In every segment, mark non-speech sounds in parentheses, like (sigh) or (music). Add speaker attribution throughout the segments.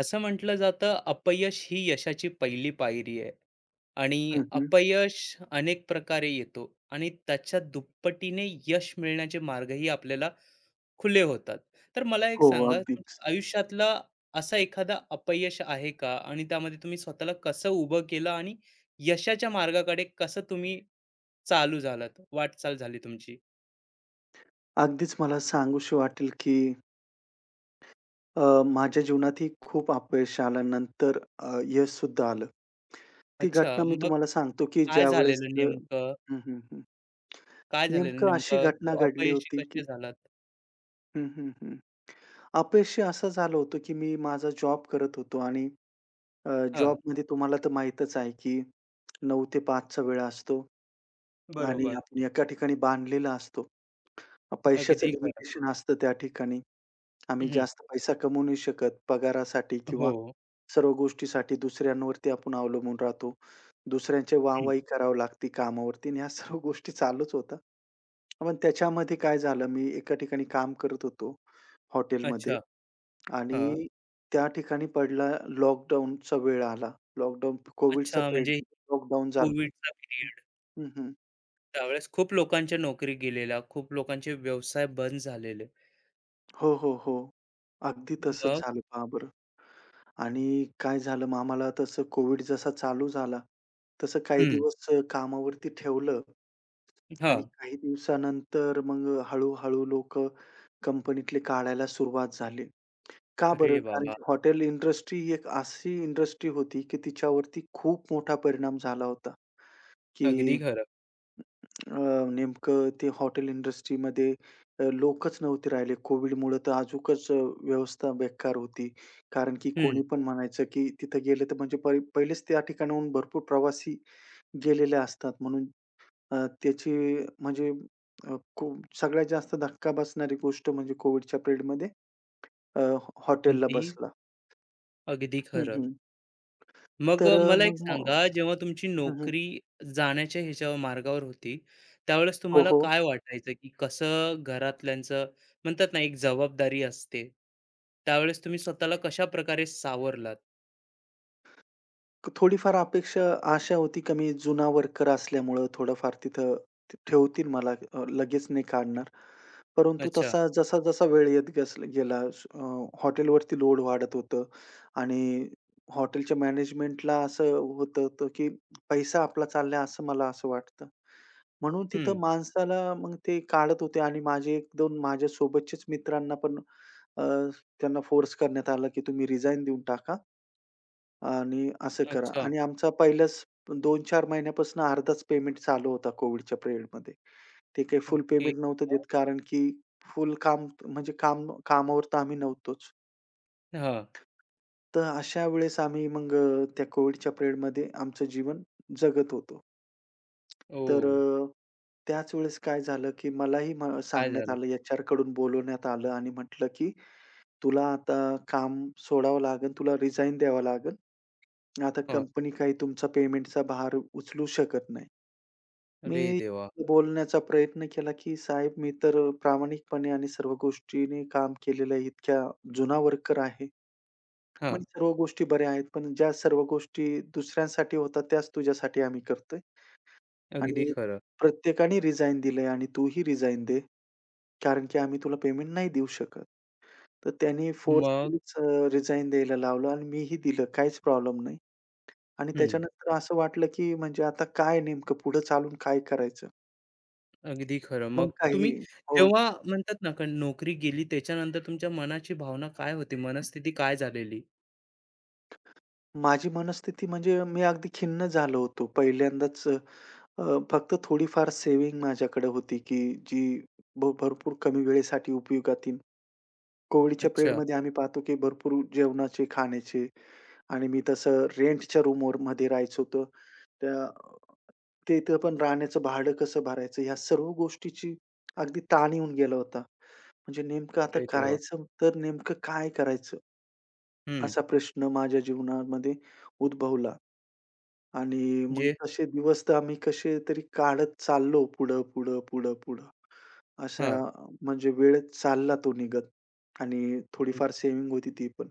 Speaker 1: असं म्हटलं जातं अपयश ही यशाची पहिली पायरी आहे. आणि
Speaker 2: हं, हं.
Speaker 1: अपयश अनेक प्रकारे येतो आणि त्याच्या दुप्पटीने यश मिळण्याचे मार्गही आपल्याला खुले होतात. तर मला एक
Speaker 2: हो,
Speaker 1: सांगा,
Speaker 2: अगदीच.
Speaker 1: तुमच्या आयुष्यातला असा एखादा अपयश आहे का? आणि त्यामध्ये तुम्ही स्वतःला कसं उभं केलं आणि यशाच्या मार्गाकडे कसं तुम्ही चालू झालात, वाटचाल झाली तुमची?
Speaker 2: अगदीच मला सांगूशी वाटेल, की माझ्या जीवनातही खूप अपयश आल्यानंतर यशसुद्धा आलं. ती
Speaker 1: अच्छा,
Speaker 2: घटना मी
Speaker 1: मग
Speaker 2: तुम्हाला सांगतो, की
Speaker 1: काय
Speaker 2: ज्यावेळेस
Speaker 1: झालेलं
Speaker 2: अ,
Speaker 1: नेमकं
Speaker 2: हं, हं, हं.
Speaker 1: काय झालेलं
Speaker 2: नेमकं अशी
Speaker 1: नेमकं तू
Speaker 2: घटना घडली
Speaker 1: अपयशी
Speaker 2: होती, की
Speaker 1: कसे झालात?
Speaker 2: हं, हं, हं. अपयश हे असं झालं होतं, की मी माझा जॉब करत होतो आणि अ,
Speaker 1: हा.
Speaker 2: जॉबमध्ये तुम्हाला तर माहीतच आहे, की 9 ते 5 चा वेळ असतो आणि
Speaker 1: बरोबर.
Speaker 2: आपण एका ठिकाणी बांधलेला असतो. पैशाचं
Speaker 1: अगदी खरं.
Speaker 2: लिमिटेशन असतं त्या ठिकाणी. आम्ही
Speaker 1: हं.
Speaker 2: जास्त पैसा कमवू नाही शकत. पगारासाठी किंवा
Speaker 1: हो.
Speaker 2: सर्व गोष्टीसाठी दुसऱ्यांवरती आपण अवलंबून राहतो. दुसऱ्यांची
Speaker 1: हं.
Speaker 2: वाहवाही करावी लागते कामावरती आणि ह्या सर्व गोष्टी चालूच होत्या. पण त्याच्यामध्ये काय झालं, मी एका ठिकाणी काम करत होतो हॉटेलमध्ये
Speaker 1: अच्छा. हां.
Speaker 2: आणि त्या ठिकाणी पडला लॉकडाऊनचा वेळ आला. लॉकडाऊन कोव्हिडचा
Speaker 1: अच्छा,
Speaker 2: पिरियड
Speaker 1: म्हणजे
Speaker 2: लॉकडाऊन झालं.
Speaker 1: कोविडचा पिरियड.
Speaker 2: हं, हं.
Speaker 1: त्यावेळेस खूप लोकांच्या नोकरी गेलेल्या, खूप लोकांचे व्यवसाय बंद झालेले.
Speaker 2: हो, हो, हो. अगदी तसंच
Speaker 1: मग.
Speaker 2: झालं पहा आणि काय झालं मग आम्हाला तसं कोविड जसा चालू झाला, तसं काही
Speaker 1: हं.
Speaker 2: दिवस कामावरती ठेवलं आणि
Speaker 1: हां.
Speaker 2: काही दिवसानंतर मग हळू-हळू लोकं कंपनीतले काढायला सुरुवात झाली. का
Speaker 1: अरे
Speaker 2: बरं? कारण
Speaker 1: बाबा!
Speaker 2: की हॉटेल इंडस्ट्री एक अशी इंडस्ट्री होती, की तिच्यावरती खूप मोठा परिणाम झाला होता, की
Speaker 1: अगदी खरं.
Speaker 2: अ, नेमकं ते हॉटेल इंडस्ट्रीमध्ये लोकच नव्हते राहिले. कोविडमुळं तर अजूकच व्यवस्था बेकार होती. कारण की
Speaker 1: हं.
Speaker 2: कोणी पण म्हणायचं, की तिथं गेलं तर म्हणजे पहिलेच त्या ठिकाणाहून भरपूर प्रवासी गेलेले असतात. म्हणून त्याची म्हणजे खूप सगळ्यात जास्त धक्का बसणारी गोष्ट म्हणजे कोविडच्या पिरियडमध्ये हॉटेलला
Speaker 1: कोणती?
Speaker 2: बसला.
Speaker 1: अगदी
Speaker 2: हं,
Speaker 1: खरं.
Speaker 2: हं.
Speaker 1: मग
Speaker 2: तर
Speaker 1: मला एक
Speaker 2: मग
Speaker 1: सांगा, जेव्हा तुमची
Speaker 2: हं, हं.
Speaker 1: नोकरी जाण्याच्या ह्याच्या मार्गावर होती, त्यावेळेस
Speaker 2: हो,
Speaker 1: तुम्हाला
Speaker 2: हो.
Speaker 1: काय वाटायचं, की कसं घरातल्यांचं, म्हणतात ना, एक जबाबदारी असते. त्यावेळेस तुम्ही स्वतःला कशाप्रकारे सावरलात?
Speaker 2: थोडीफार अपेक्षा अशा होती का मी जुना वर्कर असल्यामुळं थोडंफार तिथं ते ठेवतील मला, लगेच नाही काढणार. परंतु
Speaker 1: अच्छा.
Speaker 2: तसा जसा-जसा वेळ येत गेला हॉटेलवरती लोड वाढत होतं आणि हॉटेलच्या मॅनेजमेंटला असं होत होतं, की पैसा आपला चालला असं मला असं वाटतं. म्हणून
Speaker 1: हं.
Speaker 2: तिथं माणसाला मग ते काढत होते आणि माझे 1-2 माझ्या सोबतचेच मित्रांना पण अ, त्यांना फोर्स करण्यात आलं, की तुम्ही रिझाइन देऊन टाका. आणि असं करा
Speaker 1: अच्छा.
Speaker 2: आणि आमचा पहिल्याच 2-4 महिन्यापासून अर्धाच पेमेंट चालू होता कोव्हिडच्या पिरियडमध्ये. ते काही फुल
Speaker 1: ओके.
Speaker 2: पेमेंट नव्हतं
Speaker 1: हां.
Speaker 2: देत कारण की फुल काम म्हणजे काम कामावर तर आम्ही नव्हतोच.
Speaker 1: हां.
Speaker 2: तर अशा वेळेस आम्ही मग त्या कोव्हिडच्या पिरियडमध्ये आमचं जीवन जगत होतो. तर
Speaker 1: ओह!
Speaker 2: त्याच वेळेस काय झालं की मलाही
Speaker 1: काय
Speaker 2: सांगण्यात
Speaker 1: झालं?
Speaker 2: आलं एचआरकडून बोलवण्यात आलं आणि म्हटलं की, "तुला आता काम सोडावं लागेल, तुला रिझाइन द्यावं लागेल." आता
Speaker 1: हां.
Speaker 2: कंपनी काही तुमचा पेमेंटचा भार उचलू शकत नाही. मी
Speaker 1: अरे देवा!
Speaker 2: बोलण्याचा प्रयत्न केला, की, "साहेब मी तर प्रामाणिकपणे आणि सर्व गोष्टीने काम केलेलं आहे. इतक्या जुना वर्कर आहे.
Speaker 1: हां.
Speaker 2: म्हणजे सर्व गोष्टी बऱ्या आहेत. पण ज्या सर्व गोष्टी दुसऱ्यांसाठी होतात त्याच तुझ्यासाठी आम्ही करतोय
Speaker 1: अगदी
Speaker 2: आणि
Speaker 1: खरं.
Speaker 2: प्रत्येकाने रिझाइन दिलंय आणि तूही रिझाइन दे. कारण की आम्ही तुला पेमेंट नाही देऊ शकत." तर त्यांनी
Speaker 1: मग.
Speaker 2: फोर्सफुलीच द्यायला लावलं आणि मीही दिलं. काहीच प्रॉब्लेम नाही. आणि
Speaker 1: हं.
Speaker 2: त्याच्यानंतर असं वाटलं, की म्हणजे आता काय नेमकं पुढे चालून काय करायचं?
Speaker 1: अगदी खरं.
Speaker 2: मग
Speaker 1: मग तुम्ही,
Speaker 2: काही हो.
Speaker 1: जेव्हा म्हणतात ना, कारण नोकरी गेली त्याच्यानंतर तुमच्या मनाची भावना काय होती? मनस्थिती काय झालेली?
Speaker 2: माझी मनस्थिती म्हणजे मी अगदी खिन्न झालो होतो. पहिल्यांदाच फक्त थोडीफार सेव्हिंग माझ्याकडे होती, की जी भरपूर कमी वेळेसाठी उपयोगात येईल. कोविडच्या
Speaker 1: अच्छा.
Speaker 2: पिरियडमध्ये आम्ही पाहतो, की भरपूर जेवणाचे, खाण्याचे आणि मी तसं रेंटच्या रूमवरमध्ये राहायचो होतो. त्या तिथं पण राहण्याचं भाडं कसं भरायचं, ह्या सर्व गोष्टीची अगदी ताण येऊन गेला होता. म्हणजे नेमकं आता
Speaker 1: अरे देवा!
Speaker 2: करायचं तर नेमकं काय करायचं?
Speaker 1: हं.
Speaker 2: असा प्रश्न माझ्या जीवनामध्ये उद्भवला आणि मग
Speaker 1: जे.
Speaker 2: तसे दिवस तर आम्ही कसे तरी काढत चाललो पुढं, पुढं, पुढं, पुढं. अशा
Speaker 1: हां.
Speaker 2: म्हणजे वेळेत चालला तो निघत आणि
Speaker 1: म्हणजे.
Speaker 2: थोडीफार सेव्हिंग होती ती पण.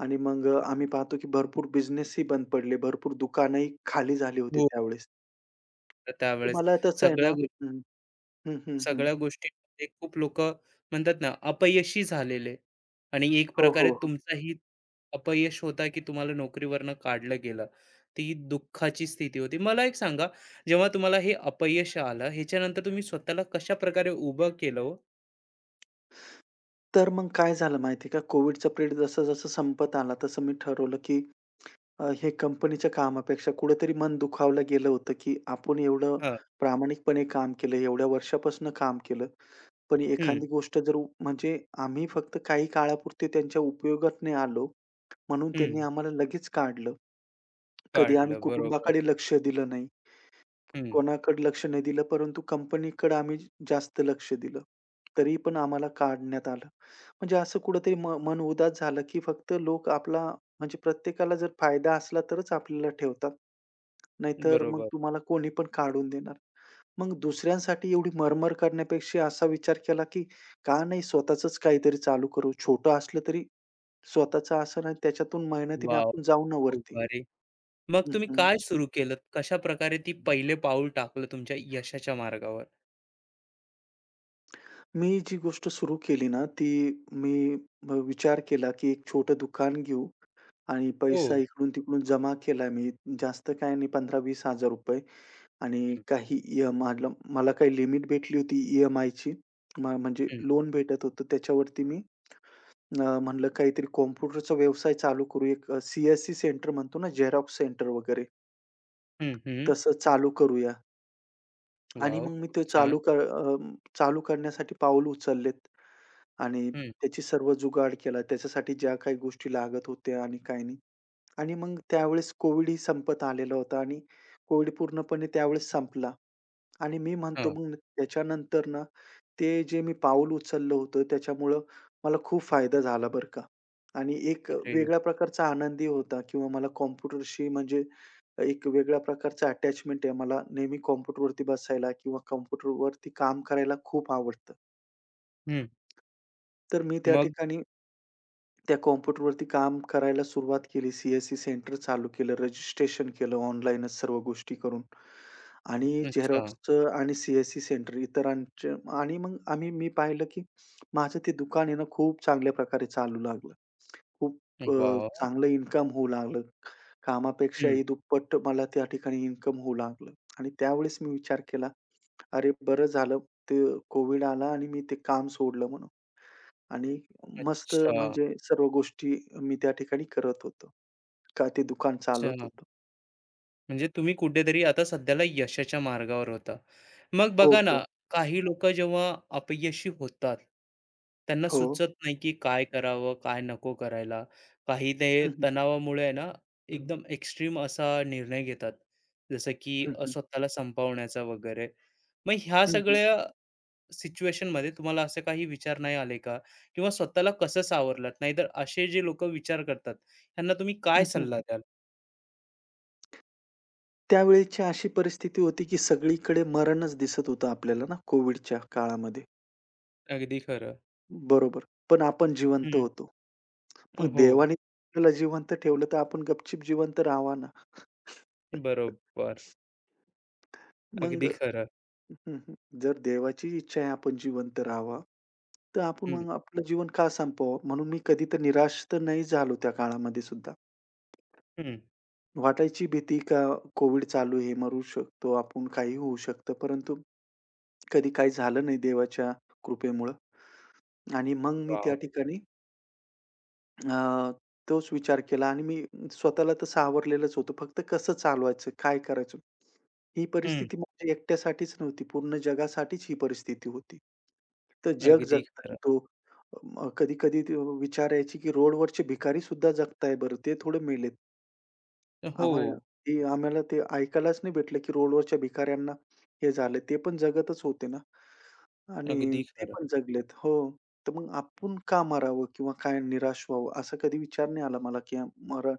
Speaker 2: आणि मग आम्ही पाहतो की भरपूर बिझनेसही बंद पडले, भरपूर दुकानंही खाली झाली होती
Speaker 1: हो.
Speaker 2: त्यावेळेस.
Speaker 1: त्यावेळेस
Speaker 2: मला तसं आहे
Speaker 1: सगळ्या
Speaker 2: ना. हं. हं, हं, हं.
Speaker 1: सगळ्या गोष्टींमध्ये खूप लोकं, म्हणतात ना, अपयशी झालेले आणि एक
Speaker 2: हो,
Speaker 1: प्रकारे
Speaker 2: हो, हो.
Speaker 1: तुमचाही अपयश होता, की तुम्हाला नोकरीवरनं काढलं गेलं. ती दुःखाची स्थिती होती. मला एक सांगा, जेव्हा तुम्हाला हे अपयश आलं, ह्याच्यानंतर तुम्ही स्वतःला कशाप्रकारे उभं केलं हो?
Speaker 2: तर मग काय झालं माहिती आहे का, कोविडचा पिरियड जसं-जसं संपत आला, तसं मी ठरवलं की हे कंपनीच्या कामापेक्षा कुठेतरी मन दुखावलं गेलं होतं, की आपण एवढं
Speaker 1: हां.
Speaker 2: प्रामाणिकपणे काम केलं, एवढ्या वर्षापासून काम केलं. पण
Speaker 1: हं,
Speaker 2: एखादी गोष्ट जर म्हणजे आम्ही फक्त काही काळापुरते त्यांच्या उपयोगात नाही आलो, म्हणून
Speaker 1: हं.
Speaker 2: त्यांनी आम्हाला लगेच काढलं. कधी आम्ही
Speaker 1: काढलं, बरोबर.
Speaker 2: कुटुंबाकडे लक्ष दिलं नाही.
Speaker 1: हं.
Speaker 2: कोणाकडे लक्ष नाही दिलं, परंतु कंपनीकडे आम्ही जास्त लक्ष दिलं. तरी पण आम्हाला काढण्यात आलं. म्हणजे असं कुठेतरी मन उदास झालं, की फक्त लोक आपला म्हणजे प्रत्येकाला जर फायदा असला तरच आपल्याला ठेवतात. नाहीतर मग
Speaker 1: बरोबर.
Speaker 2: तुम्हाला कोणी पण काढून देणार. मग दुसऱ्यांसाठी एवढी मरमर करण्यापेक्षा असा विचार केला, की का नाही स्वतःचंच काहीतरी चालू करू? छोटं असलं तरी स्वतःचं असं नाही त्याच्यातून मेहनतीने
Speaker 1: वॉव!
Speaker 2: आपण जाऊ ना
Speaker 1: खूप
Speaker 2: वरती.
Speaker 1: भारी. मग
Speaker 2: हं,
Speaker 1: तुम्ही
Speaker 2: हं.
Speaker 1: काय सुरू केलंत? कशाप्रकारे ती पहिले पाऊल टाकलं तुमच्या यशाच्या मार्गावर?
Speaker 2: मी जी गोष्ट सुरू केली ना, ती मी विचार केला, की एक छोटं दुकान घेऊ आणि
Speaker 1: हो.
Speaker 2: पैसा इकडून-तिकडून जमा केला मी. जास्त काही नाही ₹15,000-20,000 आणि
Speaker 1: हं,
Speaker 2: काही ई मला मला काही लिमिट भेटली होती ई-एम-आयची. म्हणजे
Speaker 1: हं,
Speaker 2: लोन भेटत होतं. त्याच्यावरती मी म्हणलं काहीतरी कॉम्प्युटरचा व्यवसाय चालू करू. एक सेंटर म्हणतो ना, झेरॉक्स सेंटर वगैरे
Speaker 1: हं, हं.
Speaker 2: तसं चालू करूया. आणि
Speaker 1: वाव,
Speaker 2: मग मी
Speaker 1: खूप
Speaker 2: ते
Speaker 1: छान.
Speaker 2: चालू करण्यासाठी पाऊल उचललेत आणि
Speaker 1: हं.
Speaker 2: त्याची सर्व जुगाड केला. त्याच्यासाठी ज्या काही गोष्टी लागत होत्या आणि काही नाही. आणि मग त्यावेळेस कोविडही संपत आलेला होता आणि कोविड पूर्णपणे त्यावेळेस संपला. आणि मी म्हणतो
Speaker 1: हां.
Speaker 2: मग त्याच्यानंतर ना, ते जे मी पाऊल उचललं होतं त्याच्यामुळं मला खूप फायदा झाला बरं का. आणि एक
Speaker 1: अरे!
Speaker 2: वेगळ्या प्रकारचा आनंदही होता किंवा मला कॉम्प्युटरशी म्हणजे एक वेगळ्या प्रकारचं अटॅचमेंट आहे. मला नेहमी कॉम्प्युटरवरती बसायला किंवा कॉम्प्युटरवरती काम करायला खूप आवडतं.
Speaker 1: हं.
Speaker 2: तर मी त्या
Speaker 1: मग?
Speaker 2: ठिकाणी त्या कॉम्प्युटरवरती काम करायला सुरुवात केली. सी एस सेंटर चालू केलं, रजिस्ट्रेशन केलं ऑनलाईनच सर्व गोष्टी करून आणि
Speaker 1: अच्छा.
Speaker 2: झेरॉक्सचं आणि सी-एस-सी सेंटर इतरांचे आणि मग मी पाहिलं, की माझं ते दुकान आहे ना खूप चांगल्या प्रकारे चालू लागलं. खूप
Speaker 1: वॉव!
Speaker 2: चांगलं इन्कम होऊ लागलं.
Speaker 1: हं.
Speaker 2: कामापेक्षाही दुप्पट मला त्या ठिकाणी इन्कम होऊ लागलं आणि त्यावेळेस मी विचार केला, "अरे, बरं झालं ते कोव्हिड आला आणि मी ते काम सोडलं म्हणून." आणि मस्त
Speaker 1: अच्छा,
Speaker 2: म्हणजे सर्व गोष्टी मी त्या ठिकाणी करत होतो. का ते दुकान चालवत
Speaker 1: अच्छा.
Speaker 2: होतो.
Speaker 1: म्हणजे तुम्ही कुठेतरी आता सध्याला यशाच्या मार्गावर होता. मग
Speaker 2: हो,
Speaker 1: बघा ना,
Speaker 2: हो.
Speaker 1: काही लोकं जेव्हा अपयशी होतात, त्यांना
Speaker 2: हो.
Speaker 1: सुचत नाही की काय करावं, काय नको करायला. काही ते
Speaker 2: हं, हं.
Speaker 1: तणावामुळे आहे ना, एकदम एक्स्ट्रीम असा निर्णय घेतात. जसं की
Speaker 2: हं, हं.
Speaker 1: स्वतःला संपवण्याचा वगैरे. मग ह्या
Speaker 2: हं, हं.
Speaker 1: सगळ्या सिच्युएशनमध्ये तुम्हाला असे काही विचार नाही आले का? किंवा स्वतःला कसं सावरलात? नाहीतर असे जे लोकं विचार करतात, त्यांना तुम्ही काय
Speaker 2: हं, हं.
Speaker 1: सल्ला द्याल?
Speaker 2: त्यावेळेची अशी परिस्थिती होती, की सगळीकडे मरणच दिसत होतं आपल्याला ना कोव्हिडच्या काळामध्ये.
Speaker 1: अगदी खरं.
Speaker 2: बरोबर. पण आपण जिवंत
Speaker 1: हं.
Speaker 2: होतो. मग
Speaker 1: हो,
Speaker 2: देवाने आपल्याला जिवंत ठेवलं, तर आपण गपचूप जिवंत राहावा ना. (laughs)
Speaker 1: बरोबर.
Speaker 2: मग
Speaker 1: अगदी खरं.
Speaker 2: (laughs) हं, हं. जर देवाची इच्छा आहे आपण जिवंत राहावा, तर आपण
Speaker 1: हं,
Speaker 2: मग आपलं जीवन का संपवावं? म्हणून मी कधी तर निराश तर नाही झालो त्या काळामध्ये सुद्धा.
Speaker 1: हं.
Speaker 2: वाटायची भीती का कोविड चालू आहे, मरू शकतो आपण, काहीही होऊ शकतं. परंतु कधी काही झालं नाही देवाच्या कृपेमुळं आणि मग मी
Speaker 1: वॉव!
Speaker 2: त्या ठिकाणी अ, तोच विचार केला आणि मी स्वतःला तर सावरलेलंच होतं. फक्त कसं चालवायचं? काय करायचं? ही
Speaker 1: हं,
Speaker 2: परिस्थिती माझ्या एकट्यासाठीच नव्हती. पूर्ण जगासाठीच ही परिस्थिती होती. तर जग
Speaker 1: अगदी
Speaker 2: जगताय
Speaker 1: खरं.
Speaker 2: तो कधी-कधी ते विचार यायची, की रोडवरचे भिकारी सुद्धा जगताय बरं. ते थोडे मेलेत.
Speaker 1: हो,
Speaker 2: आम्हाला आम्हाला ते ऐकायलाच नाही भेटलं, की रोडवरच्या भिकाऱ्यांना हे झालं. ते पण जगतच होते ना आणि
Speaker 1: अगदी
Speaker 2: ते
Speaker 1: खरं.
Speaker 2: पण जगलेत. हो. तर मग आपण का मरावं किंवा काय निराश व्हावं असा कधी विचार नाही आला मला, की मरा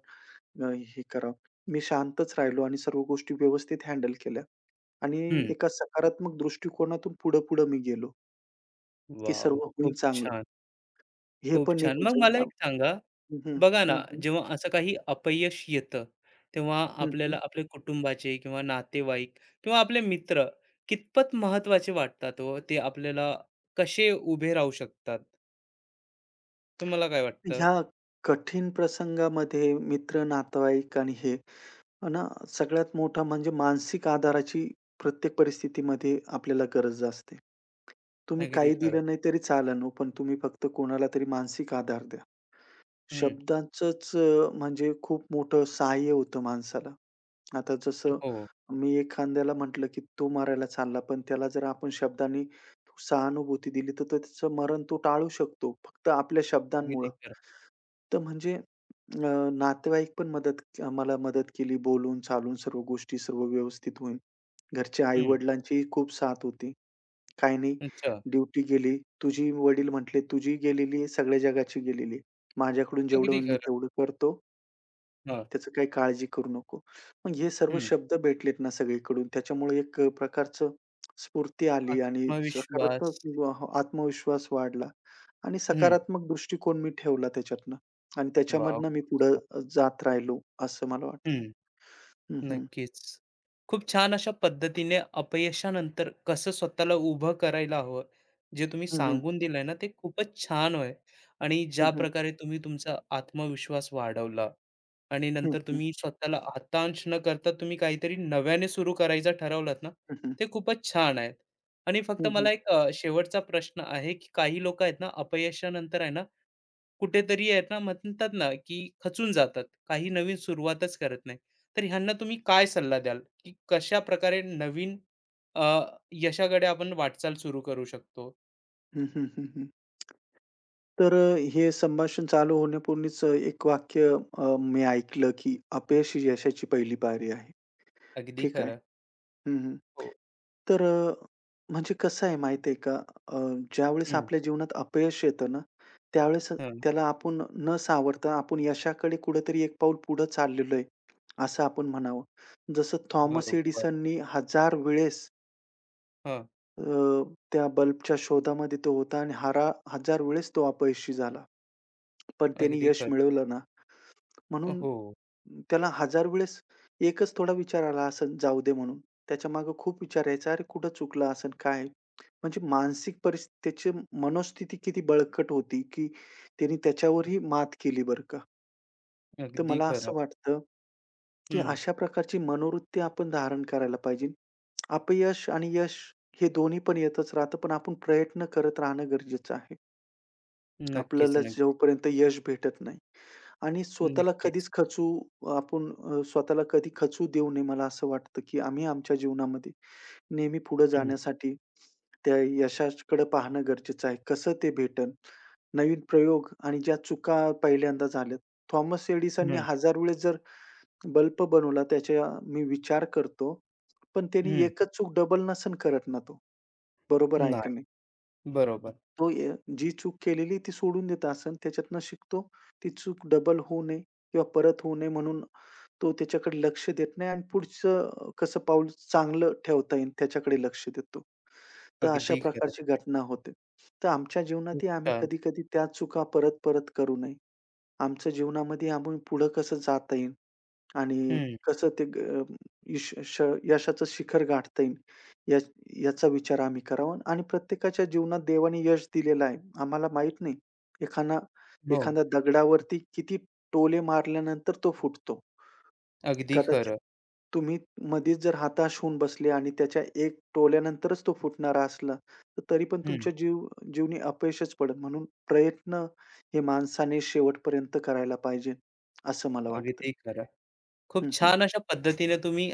Speaker 2: हे करावं. मी शांतच राहिलो आणि सर्व गोष्टी व्यवस्थित हँडल केल्या आणि
Speaker 1: हं,
Speaker 2: एका सकारात्मक दृष्टिकोनातून पुढे-पुढे मी गेलो, की
Speaker 1: वॉव!
Speaker 2: सर्व
Speaker 1: खूप
Speaker 2: होईल चांगलं.
Speaker 1: छान.
Speaker 2: हे
Speaker 1: खूप
Speaker 2: पण
Speaker 1: छान.
Speaker 2: निघून
Speaker 1: मग मला
Speaker 2: जाईल.
Speaker 1: एक सांगा,
Speaker 2: हं, हं.
Speaker 1: बघा ना,
Speaker 2: हं, हं.
Speaker 1: जेव्हा असं काही अपयश येतं, तेव्हा आपल्याला
Speaker 2: हं,
Speaker 1: आपल्या कुटुंबाचे किंवा नातेवाईक किंवा आपले मित्र कितपत महत्त्वाचे वाटतात हो? ते आपल्याला कसे उभे राहू शकतात? तुम्हाला काय वाटतं?
Speaker 2: ह्या कठीण प्रसंगामध्ये मित्र, नातेवाईक आणि हे ना सगळ्यात मोठा म्हणजे मानसिक आधाराची प्रत्येक परिस्थितीमध्ये आपल्याला गरज असते. तुम्ही
Speaker 1: अगदी
Speaker 2: काही
Speaker 1: खरं.
Speaker 2: दिलं नाही तरी चालेल हो, पण तुम्ही फक्त कोणाला तरी मानसिक आधार द्या.
Speaker 1: हं.
Speaker 2: शब्दांचंच म्हणजे खूप मोठं सहाय्य होतं माणसाला. आता जसं
Speaker 1: हो.
Speaker 2: मी एखाद्याला म्हटलं, की "तो मरायला चालला," पण त्याला जर आपण शब्दांनी सहानुभूती दिली, तर त्याचं मरण तो टाळू शकतो, फक्त आपल्या
Speaker 1: अगदी
Speaker 2: शब्दांमुळं.
Speaker 1: खरं.
Speaker 2: तर म्हणजे नातेवाईक पण मला मदत केली बोलून, चालून सर्व गोष्टी सर्व व्यवस्थित होईल. घरच्या
Speaker 1: हं.
Speaker 2: आई-वडिलांचीही खूप साथ होती. काही नाही
Speaker 1: अच्छा.
Speaker 2: ड्युटी गेली. तुझी वडील म्हटले, "तुझी गेलेली आहे, सगळ्या जगाची गेलेली आहे. माझ्याकडून जेवढं
Speaker 1: अगदी
Speaker 2: होईल मी
Speaker 1: खरं.
Speaker 2: तेवढं करतो
Speaker 1: हां.
Speaker 2: त्याचं काही काळजी करू नको. मग हे सर्व
Speaker 1: हं.
Speaker 2: शब्द भेटलेत ना सगळीकडून त्याच्यामुळे एक प्रकारचं स्फूर्ती आली आणि
Speaker 1: आत्मविश्वास.
Speaker 2: सकारात्मक आत्मविश्वास वाढला आणि
Speaker 1: हं.
Speaker 2: सकारात्मक दृष्टिकोन मी ठेवला त्याच्यातनं आणि
Speaker 1: वॉव!
Speaker 2: त्याच्यामधनं मी
Speaker 1: खूप
Speaker 2: पुढं
Speaker 1: छान.
Speaker 2: जात राहिलो असं मला वाटतं.
Speaker 1: हं.
Speaker 2: हं, हं.
Speaker 1: नक्कीच. खूप छान अशा पद्धतीने अपयशानंतर कसं स्वतःला उभं करायला हवं, जे तुम्ही
Speaker 2: हं, हं.
Speaker 1: सांगून दिलंय ना, ते खूपच छान आहे. आणि ज्या
Speaker 2: हं, हं.
Speaker 1: प्रकारे तुम्ही तुमचा आत्मविश्वास वाढवला आणि
Speaker 2: हं,
Speaker 1: नंतर
Speaker 2: हं.
Speaker 1: तुम्ही स्वतःला हताश न करता तुम्ही काहीतरी नव्याने सुरू करायचं ठरवलत ना,
Speaker 2: हं, हं.
Speaker 1: ते खूपच छान आहेत. आणि फक्त
Speaker 2: हं, हं.
Speaker 1: मला एक शेवटचा प्रश्न आहे, की काही लोकं आहेत ना, अपयशानंतर आहे ना, कुठेतरी आहेत ना, म्हणतात ना, की खचून जातात. काही नवीन सुरुवातच करत नाही. तर ह्यांना तुम्ही काय सल्ला द्याल, की कशाप्रकारे नवीन अ, यशाकडे आपण वाटचाल सुरू करू शकतो?
Speaker 2: हं, हं. हं, हं. तर हे संभाषण चालू होण्यापूर्वीच एक वाक्य मी ऐकलं, की अपयश ही यशाची पहिली पायरी आहे.
Speaker 1: अगदी
Speaker 2: ठीक आहे.
Speaker 1: खरं.
Speaker 2: हं, हं.
Speaker 1: हो.
Speaker 2: तर म्हणजे कसं आहे माहिती आहे का, अ, ज्यावेळेस
Speaker 1: हं,
Speaker 2: आपल्या जीवनात अपयश येतं ना, त्यावेळेस
Speaker 1: हं.
Speaker 2: त्याला आपण न सावरता आपण यशाकडे कुठेतरी एक पाऊल पुढे चाललेलो आहे, असं आपण म्हणावं. जसं थॉमस
Speaker 1: बरोबर.
Speaker 2: एडिसननी हजार वेळेस
Speaker 1: हां.
Speaker 2: अ, त्या बल्बच्या शोधामध्ये तो होता आणि 1000 वेळेस तो अपयशी झाला. पण त्याने
Speaker 1: अगदी
Speaker 2: यश
Speaker 1: खरं.
Speaker 2: मिळवलं ना, म्हणून
Speaker 1: हो.
Speaker 2: त्याला 1000 वेळेस एकच थोडा विचार आला असेल, "जाऊ दे" म्हणून. त्याच्यामागे खूप विचार यायचा, "अरे कुठं चुकलं असेल? काय?" म्हणजे मानसिक परिस्थिती त्याची मनोस्थिती किती बळकट होती, की त्यांनी त्याच्यावरही मात केली बरं का. तर
Speaker 1: अगदी
Speaker 2: मला
Speaker 1: खरं.
Speaker 2: असं वाटतं, की
Speaker 1: हं.
Speaker 2: अशा प्रकारची मनोवृत्ती आपण धारण करायला पाहिजे. अपयश आणि यश हे दोन्ही पण येतच राहतं, पण आपण प्रयत्न करत राहणं गरजेचं आहे.
Speaker 1: नक्कीच,
Speaker 2: आपल्याला
Speaker 1: नक्की.
Speaker 2: जोपर्यंत यश भेटत नाही आणि स्वतःला
Speaker 1: नक्कीच.
Speaker 2: कधीच खचू आपण स्वतःला कधी खचू देऊ नये मला असं वाटतं, की आम्ही आमच्या जीवनामध्ये नेहमी पुढे
Speaker 1: हं,
Speaker 2: जाण्यासाठी त्या यशाकडे पाहणं गरजेचं आहे. कसं ते भेटन नवीन प्रयोग आणि ज्या चुका पहिल्यांदा झाल्यात. थॉमस एडिसननी
Speaker 1: हं,
Speaker 2: हजार वेळेस जर बल्ब बनवला त्याच्या मी विचार करतो, पण त्याने
Speaker 1: हं.
Speaker 2: एकच चूक डबल नसेल करत ना तो. बरोबर आहे का
Speaker 1: नाही.
Speaker 2: नाही?
Speaker 1: बरोबर.
Speaker 2: तो ए जी चूक केलेली ती सोडून देत असन. त्याच्यातनं शिकतो, ती चूक डबल होऊ नये किंवा परत होऊ नये म्हणून तो त्याच्याकडे लक्ष देत नाही आणि पुढचं कसं पाऊल चांगलं ठेवता येईल त्याच्याकडे लक्ष देतो. तर अशा
Speaker 1: अगदी खरं.
Speaker 2: प्रकारची घटना होते. तर आमच्या
Speaker 1: खूप
Speaker 2: जीवनातही आम्ही
Speaker 1: छान.
Speaker 2: कधी-कधी त्या चुका परत-परत करू नये. आमच्या जीवनामध्ये आम्ही पुढं कसं जाता येईल आणि
Speaker 1: हं.
Speaker 2: कसं ते अ, यश श यशाचं शिखर गाठता येईल, या याचा विचार आम्ही करावा आणि प्रत्येकाच्या जीवनात देवाने यश दिलेलं आहे. आम्हाला माहीत नाही, एखादा
Speaker 1: हो.
Speaker 2: एखाद्या दगडावरती किती टोले मारल्यानंतर तो फुटतो.
Speaker 1: अगदी
Speaker 2: कदाचित
Speaker 1: खरं.
Speaker 2: तुम्ही मधीच जर हताश होऊन बसले आणि त्याच्या एक टोल्यानंतरच तो फुटणारा असला, तर तरी पण
Speaker 1: हं.
Speaker 2: तुमच्या जीव जीवनी अपयशच पडेल. म्हणून प्रयत्न हे माणसाने शेवटपर्यंत करायला पाहिजे, असं मला वाटतं.
Speaker 1: अगदी खरं. खूप
Speaker 2: हं, हं.
Speaker 1: छान अशा पद्धतीने तुम्ही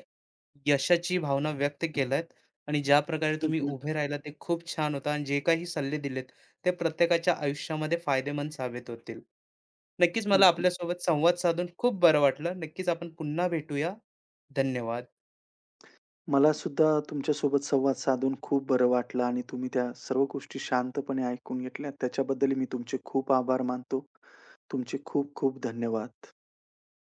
Speaker 1: यशाची भावना व्यक्त केल्यात आणि ज्या प्रकारे तुम्ही
Speaker 2: हं,
Speaker 1: उभे राहिला ते खूप छान होतं आणि जे काही सल्ले दिलेत ते प्रत्येकाच्या आयुष्यामध्ये फायदेमंद साबित होतील. नक्कीच
Speaker 2: हं,
Speaker 1: मला
Speaker 2: हं.
Speaker 1: आपल्यासोबत संवाद साधून खूप बरं वाटलं. नक्कीच आपण पुन्हा भेटूया. धन्यवाद.
Speaker 2: मला सुद्धा तुमच्यासोबत संवाद साधून खूप बरं वाटलं आणि तुम्ही त्या सर्व गोष्टी शांतपणे ऐकून घेतल्या. त्याच्याबद्दल मी तुमचे खूप आभार मानतो. तुमचे खूप खूप धन्यवाद.